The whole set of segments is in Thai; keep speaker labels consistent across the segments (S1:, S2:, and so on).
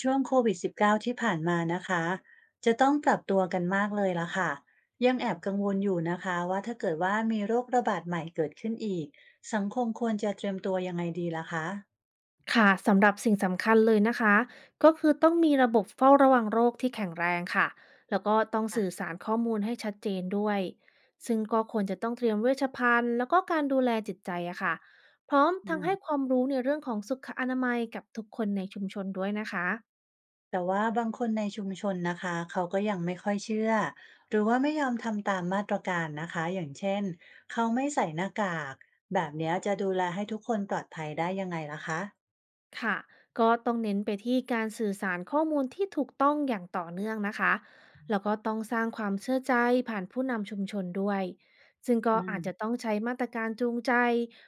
S1: ช่วงโควิด -19 ที่ผ่านมานะคะจะต้องปรับตัวกันมากเลยละค่ะยังแอบกังวลอยู่นะคะว่าถ้าเกิดว่ามีโรคระบาดใหม่เกิดขึ้นอีกสังคมควรจะเตรียมตัวยังไงดีล่ะคะ
S2: ค่ะสำหรับสิ่งสำคัญเลยนะคะก็คือต้องมีระบบเฝ้าระวังโรคที่แข็งแรงค่ะแล้วก็ต้องสื่อสารข้อมูลให้ชัดเจนด้วยซึ่งก็ควรจะต้องเตรียมเวชภัณฑ์แล้วก็การดูแลจิตใจอะค่ะพร้อม
S1: อื
S2: ทั้ง
S1: ม
S2: ให้ความรู้ในเรื่องของสุขอนามัยกับทุกคนในชุมชนด้วยนะคะ
S1: แต่ว่าบางคนในชุมชนนะคะเขาก็ยังไม่ค่อยเชื่อหรือว่าไม่ยอมทำตามมาตรการนะคะอย่างเช่นเขาไม่ใส่หน้ากากแบบเนี้ยจะดูแลให้ทุกคนปลอดภัยได้ยังไงล่ะคะ
S2: ค่ะก็ต้องเน้นไปที่การสื่อสารข้อมูลที่ถูกต้องอย่างต่อเนื่องนะคะ แล้วก็ต้องสร้างความเชื่อใจผ่านผู้นำชุมชนด้วย ซึ่งก็
S1: อืม
S2: อาจจะต้องใช้มาตรการจูงใจ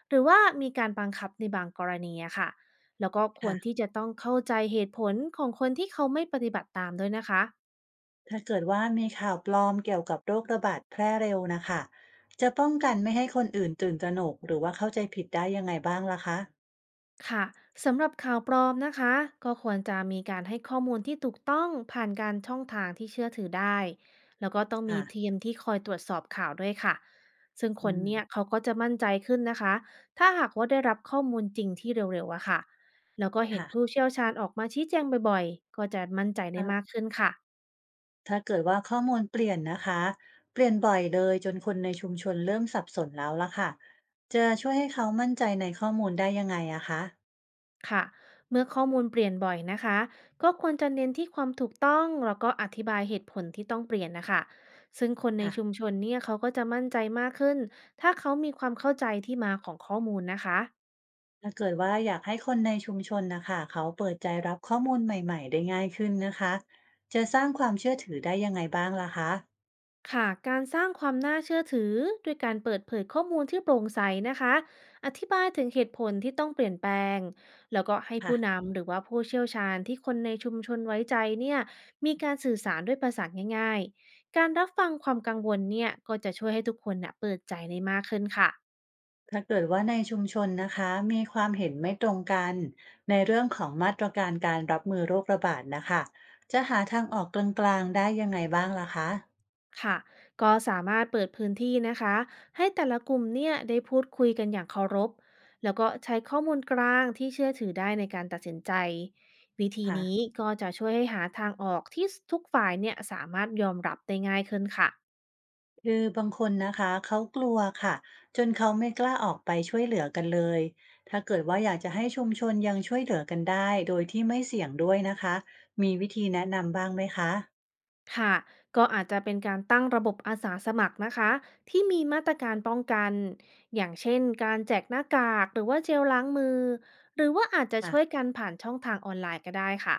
S2: หรือว่ามีการบังคับในบางกรณีอะค่ะแล้วก็ควร
S1: ค่ะ
S2: ที่จะต้องเข้าใจเหตุผลของคนที่เขาไม่ปฏิบัติตามด้วยนะคะ
S1: ถ้าเกิดว่ามีข่าวปลอมเกี่ยวกับโรคระบาดแพร่เร็วนะคะจะป้องกันไม่ให้คนอื่นตื่นตระหนกหรือว่าเข้าใจผิดได้ยังไงบ้างล่ะคะ
S2: ค่ะสำหรับข่าวปลอมนะคะก็ควรจะมีการให้ข้อมูลที่ถูกต้องผ่านการช่องทางที่เชื่อถือได้แล้วก็ต้องมี
S1: ค่ะ
S2: ทีมที่คอยตรวจสอบข่าวด้วยค่ะซึ่งค
S1: อื
S2: น
S1: ม
S2: เนี่ยเขาก็จะมั่นใจขึ้นนะคะถ้าหากว่าได้รับข้อมูลจริงที่เร็วๆอะค่ะแล้วก็เห็น
S1: ค่ะ
S2: ผู้เชี่ยวชาญออกมาชี้แจงบ่อยๆก็จะมั่นใจ
S1: ถ้า
S2: ได้มากขึ้นค่ะ
S1: ถ้าเกิดว่าข้อมูลเปลี่ยนนะคะเปลี่ยนบ่อยเลยจนคนในชุมชนเริ่มสับสนแล้วล่ะค่ะจะช่วยให้เขามั่นใจในข้อมูลได้ยังไงอะคะ
S2: ค่ะเมื่อข้อมูลเปลี่ยนบ่อยนะคะ ก็ควรจะเน้นที่ความถูกต้องแล้วก็อธิบายเหตุผลที่ต้องเปลี่ยนนะคะ ซึ่งคนใน
S1: ค่ะ
S2: ชุมชนเนี่ยเขาก็จะมั่นใจมากขึ้นถ้าเขามีความเข้าใจที่มาของข้อมูลนะคะ
S1: ถ้าเกิดว่าอยากให้คนในชุมชนนะคะเขาเปิดใจรับข้อมูลใหม่ๆได้ง่ายขึ้นนะคะจะสร้างความเชื่อถือได้ยังไงบ้างล่ะคะ
S2: ค่ะการสร้างความน่าเชื่อถือด้วยการเปิดเผยข้อมูลที่โปร่งใสนะคะอธิบายถึงเหตุผลที่ต้องเปลี่ยนแปลงแล้วก็ให้
S1: ค่ะ
S2: ผู้นำหรือว่าผู้เชี่ยวชาญที่คนในชุมชนไว้ใจเนี่ยมีการสื่อสารด้วยภาษาง่ายๆการรับฟังความกังวลเนี่ยก็จะช่วยให้ทุกคนนะเปิดใจได้มากขึ้นค่ะ
S1: ถ้าเกิดว่าในชุมชนนะคะมีความเห็นไม่ตรงกันในเรื่องของมาตรการการรับมือโรคระบาดนะคะจะหาทางออกกลางๆได้ยังไงบ้างล่ะคะ
S2: ค่ะก็สามารถเปิดพื้นที่นะคะให้แต่ละกลุ่มเนี่ยได้พูดคุยกันอย่างเคารพแล้วก็ใช้ข้อมูลกลางที่เชื่อถือได้ในการตัดสินใจวิธี
S1: ค่ะ
S2: นี้ก็จะช่วยให้หาทางออกที่ทุกฝ่ายเนี่ยสามารถยอมรับได้ง่ายขึ้นค่ะ
S1: คือบางคนนะคะเขากลัวค่ะจนเขาไม่กล้าออกไปช่วยเหลือกันเลยถ้าเกิดว่าอยากจะให้ชุมชนยังช่วยเหลือกันได้โดยที่ไม่เสี่ยงด้วยนะคะมีวิธีแนะนำบ้างไหมคะ
S2: ค่ะก็อาจจะเป็นการตั้งระบบอาสาสมัครนะคะที่มีมาตรการป้องกันอย่างเช่นการแจกหน้ากากหรือว่าเจลล้างมือหรือว่าอาจจะ
S1: ค่ะ
S2: ช่วยกันผ่านช่องทางออนไลน์ก็ได้ค่ะ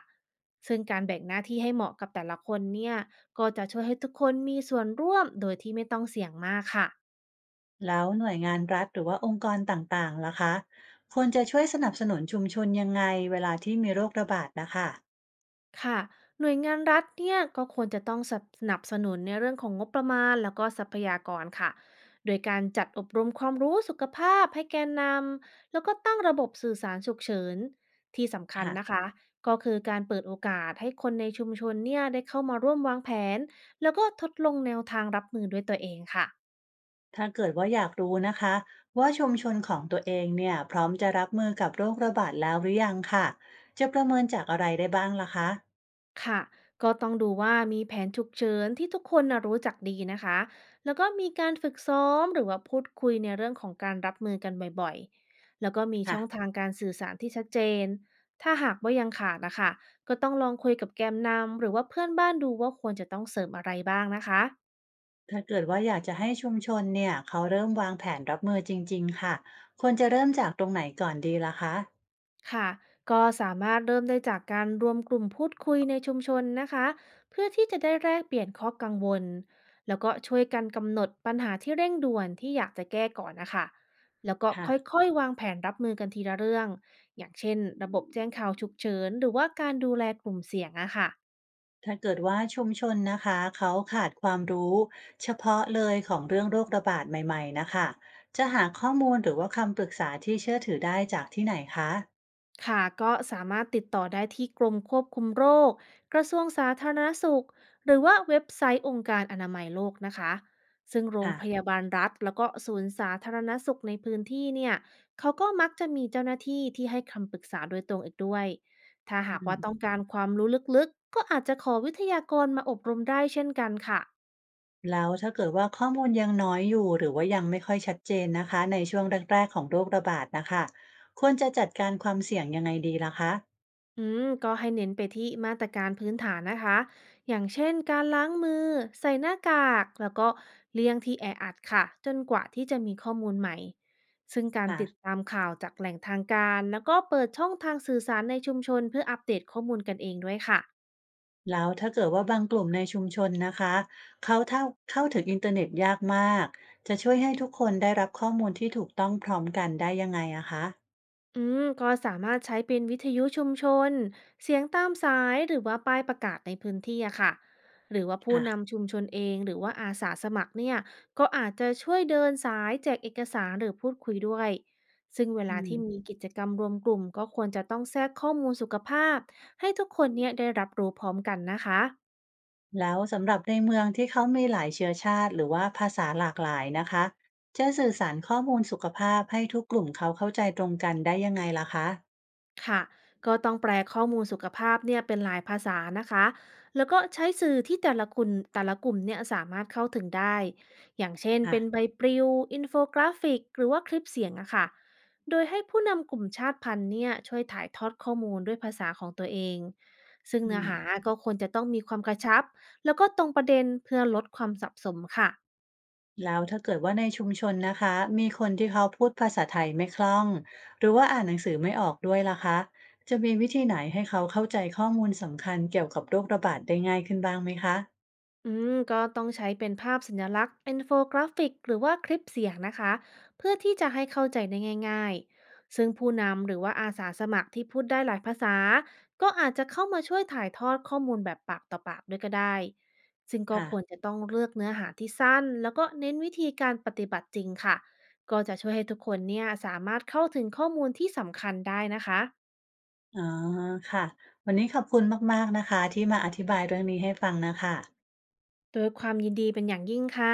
S2: ซึ่งการแบ่งหน้าที่ให้เหมาะกับแต่ละคนเนี่ยก็จะช่วยให้ทุกคนมีส่วนร่วมโดยที่ไม่ต้องเสี่ยงมากค่ะ
S1: แล้วหน่วยงานรัฐหรือว่าองค์กรต่างๆล่ะคะควรจะช่วยสนับสนุนชุมชนยังไงเวลาที่มีโรคระบาดนะคะ
S2: ค่ะหน่วยงานรัฐเนี่ยก็ควรจะต้องสนับสนุนในเรื่องของงบประมาณแล้วก็ทรัพยากรค่ะ โดยการจัดอบรมความรู้สุขภาพให้แกนนำแล้วก็ตั้งระบบสื่อสารฉุกเฉินที่สำคัญ
S1: ค่ะ
S2: นะคะ ก็คือการเปิดโอกาสให้คนในชุมชนเนี่ยได้เข้ามาร่วมวางแผนแล้วก็ทดลองแนวทางรับมือด้วยตัวเองค่ะ
S1: ถ้าเกิดว่าอยากรู้นะคะว่าชุมชนของตัวเองเนี่ยพร้อมจะรับมือกับโรคระบาดแล้วหรือยังค่ะจะประเมินจากอะไรได้บ้างล่ะคะ
S2: ค่ะก็ต้องดูว่ามีแผนฉุกเฉินที่ทุกคนนะรู้จักดีนะคะ แล้วก็มีการฝึกซ้อมหรือว่าพูดคุยในเรื่องของการรับมือกันบ่อยๆแล้วก็มีช่อง
S1: ค่ะ
S2: ทางการสื่อสารที่ชัดเจน ถ้าหากว่ายังขาดนะคะก็ต้องลองคุยกับแกมนำหรือว่าเพื่อนบ้านดูว่าควรจะต้องเสริมอะไรบ้างนะคะ
S1: ถ้าเกิดว่าอยากจะให้ชุมชนเนี่ยเขาเริ่มวางแผนรับมือจริงๆ ค่ะควรจะเริ่มจากตรงไหนก่อนดีล่ะคะ
S2: ค่ะ ก็สามารถเริ่มได้จากการรวมกลุ่มพูดคุยในชุมชนนะคะ เพื่อที่จะได้แลกเปลี่ยนข้อกังวล แล้วก็ช่วยกันกำหนดปัญหาที่เร่งด่วนที่อยากจะแก้ก่อนนะคะ แล้วก็
S1: ค่ะ
S2: ค่อยๆวางแผนรับมือกันทีละเรื่อง อย่างเช่นระบบแจ้งข่าวฉุกเฉินหรือว่าการดูแลกลุ่มเสี่ยงอะค่ะ
S1: ถ้าเกิดว่าชุมชนนะคะเขาขาดความรู้เฉพาะเลยของเรื่องโรคระบาดใหม่ๆนะคะจะหาข้อมูลหรือว่าคำปรึกษาที่เชื่อถือได้จากที่ไหนคะ
S2: ค่ะก็สามารถติดต่อได้ที่กรมควบคุมโรคกระทรวงสาธารณสุขหรือว่าเว็บไซต์องค์การอนามัยโลกนะคะซึ่งโรง
S1: ค่ะ
S2: พยาบาลรัฐแล้วก็ศูนย์สาธารณสุขในพื้นที่เนี่ยเขาก็มักจะมีเจ้าหน้าที่ที่ให้คำปรึกษาโดยตรงอีกด้วยถ้า
S1: อื
S2: หาก
S1: ม
S2: ว่าต้องการความรู้ลึกๆก็อาจจะขอวิทยากรมาอบรมได้เช่นกันค่ะ
S1: แล้วถ้าเกิดว่าข้อมูลยังน้อยอยู่หรือว่ายังไม่ค่อยชัดเจนนะคะในช่วงแรกๆของโรคระบาดนะคะควรจะจัดการความเสี่ยงยังไงดีล่ะคะ
S2: ก็ให้เน้นไปที่มาตรการพื้นฐานนะคะ อย่างเช่นการล้างมือใส่หน้ากากแล้วก็เลี่ยงที่แออัดค่ะจนกว่าที่จะมีข้อมูลใหม่ ซึ่งการติด
S1: ค่ะ
S2: ตามข่าวจากแหล่งทางการแล้วก็เปิดช่องทางสื่อสารในชุมชนเพื่ออัปเดตข้อมูลกันเองด้วยค่ะ
S1: แล้วถ้าเกิดว่าบางกลุ่มในชุมชนนะคะเขาเท่าเข้าถึงอินเทอร์เน็ตยากมากจะช่วยให้ทุกคนได้รับข้อมูลที่ถูกต้องพร้อมกันได้ยังไงอะคะ
S2: ก็สามารถใช้เป็นวิทยุชุมชนเสียงตามสายหรือว่าป้ายประกาศในพื้นที่อะค่ะหรือว่าผู้
S1: ค่ะ
S2: นำชุมชนเองหรือว่าอาสาสมัครเนี่ยก็อาจจะช่วยเดินสายแจกเอกสารหรือพูดคุยด้วยซึ่งเว
S1: อื
S2: ลา
S1: ม
S2: ที่มีกิจกรรมรวมกลุ่มก็ควรจะต้องแทรกข้อมูลสุขภาพให้ทุกคนเนี่ยได้รับรู้พร้อมกันนะคะ
S1: แล้วสำหรับในเมืองที่เขามีหลายเชื้อชาติหรือว่าภาษาหลากหลายนะคะจะสื่อสารข้อมูลสุขภาพให้ทุกกลุ่มเขาเข้าใจตรงกันได้ยังไงล่ะคะ
S2: ค่ะก็ต้องแปลข้อมูลสุขภาพเนี่ยเป็นหลายภาษานะคะ แล้วก็ใช้สื่อที่แต่ละคุณแต่ละกลุ่มเนี่ยสามารถเข้าถึงได้ อย่างเช่นเป็นใบ
S1: ค่ะ
S2: ปลิว อินโฟกราฟิก หรือว่าคลิปเสียงอะค่ะ โดยให้ผู้นำกลุ่มชาติพันธุ์เนี่ยช่วยถ่ายทอดข้อมูลด้วยภาษาของตัวเอง ซึ่ง
S1: อื
S2: เนื้อ
S1: ม
S2: หาก็ควรจะต้องมีความกระชับแล้วก็ตรงประเด็นเพื่อลดความสับสนค่ะ
S1: แล้วถ้าเกิดว่าในชุมชนนะคะมีคนที่เขาพูดภาษาไทยไม่คล่องหรือว่าอ่านหนังสือไม่ออกด้วยล่ะคะจะมีวิธีไหนให้เขาเข้าใจข้อมูลสำคัญเกี่ยวกับโรคระบาดได้ง่ายขึ้นบ้างไหมคะ
S2: ก็ต้องใช้เป็นภาพสัญลักษณ์อินโฟกราฟิกหรือว่าคลิปเสียงนะคะเพื่อที่จะให้เข้าใจได้ง่ายๆซึ่งผู้นำหรือว่าอาสาสมัครที่พูดได้หลายภาษาก็อาจจะเข้ามาช่วยถ่ายทอดข้อมูลแบบปากต่อปากด้วยก็ได้ซึ่งก็
S1: ค่ะ
S2: ควรจะต้องเลือกเนื้อหาที่สั้นแล้วก็เน้นวิธีการปฏิบัติจริงค่ะก็จะช่วยให้ทุกคนเนี่ยสามารถเข้าถึงข้อมูลที่สำคัญได้นะคะ
S1: อ๋อค่ะวันนี้ขอบคุณมากๆนะคะที่มาอธิบายเรื่องนี้ให้ฟังนะคะ
S2: โดยความยินดีเป็นอย่างยิ่งค่ะ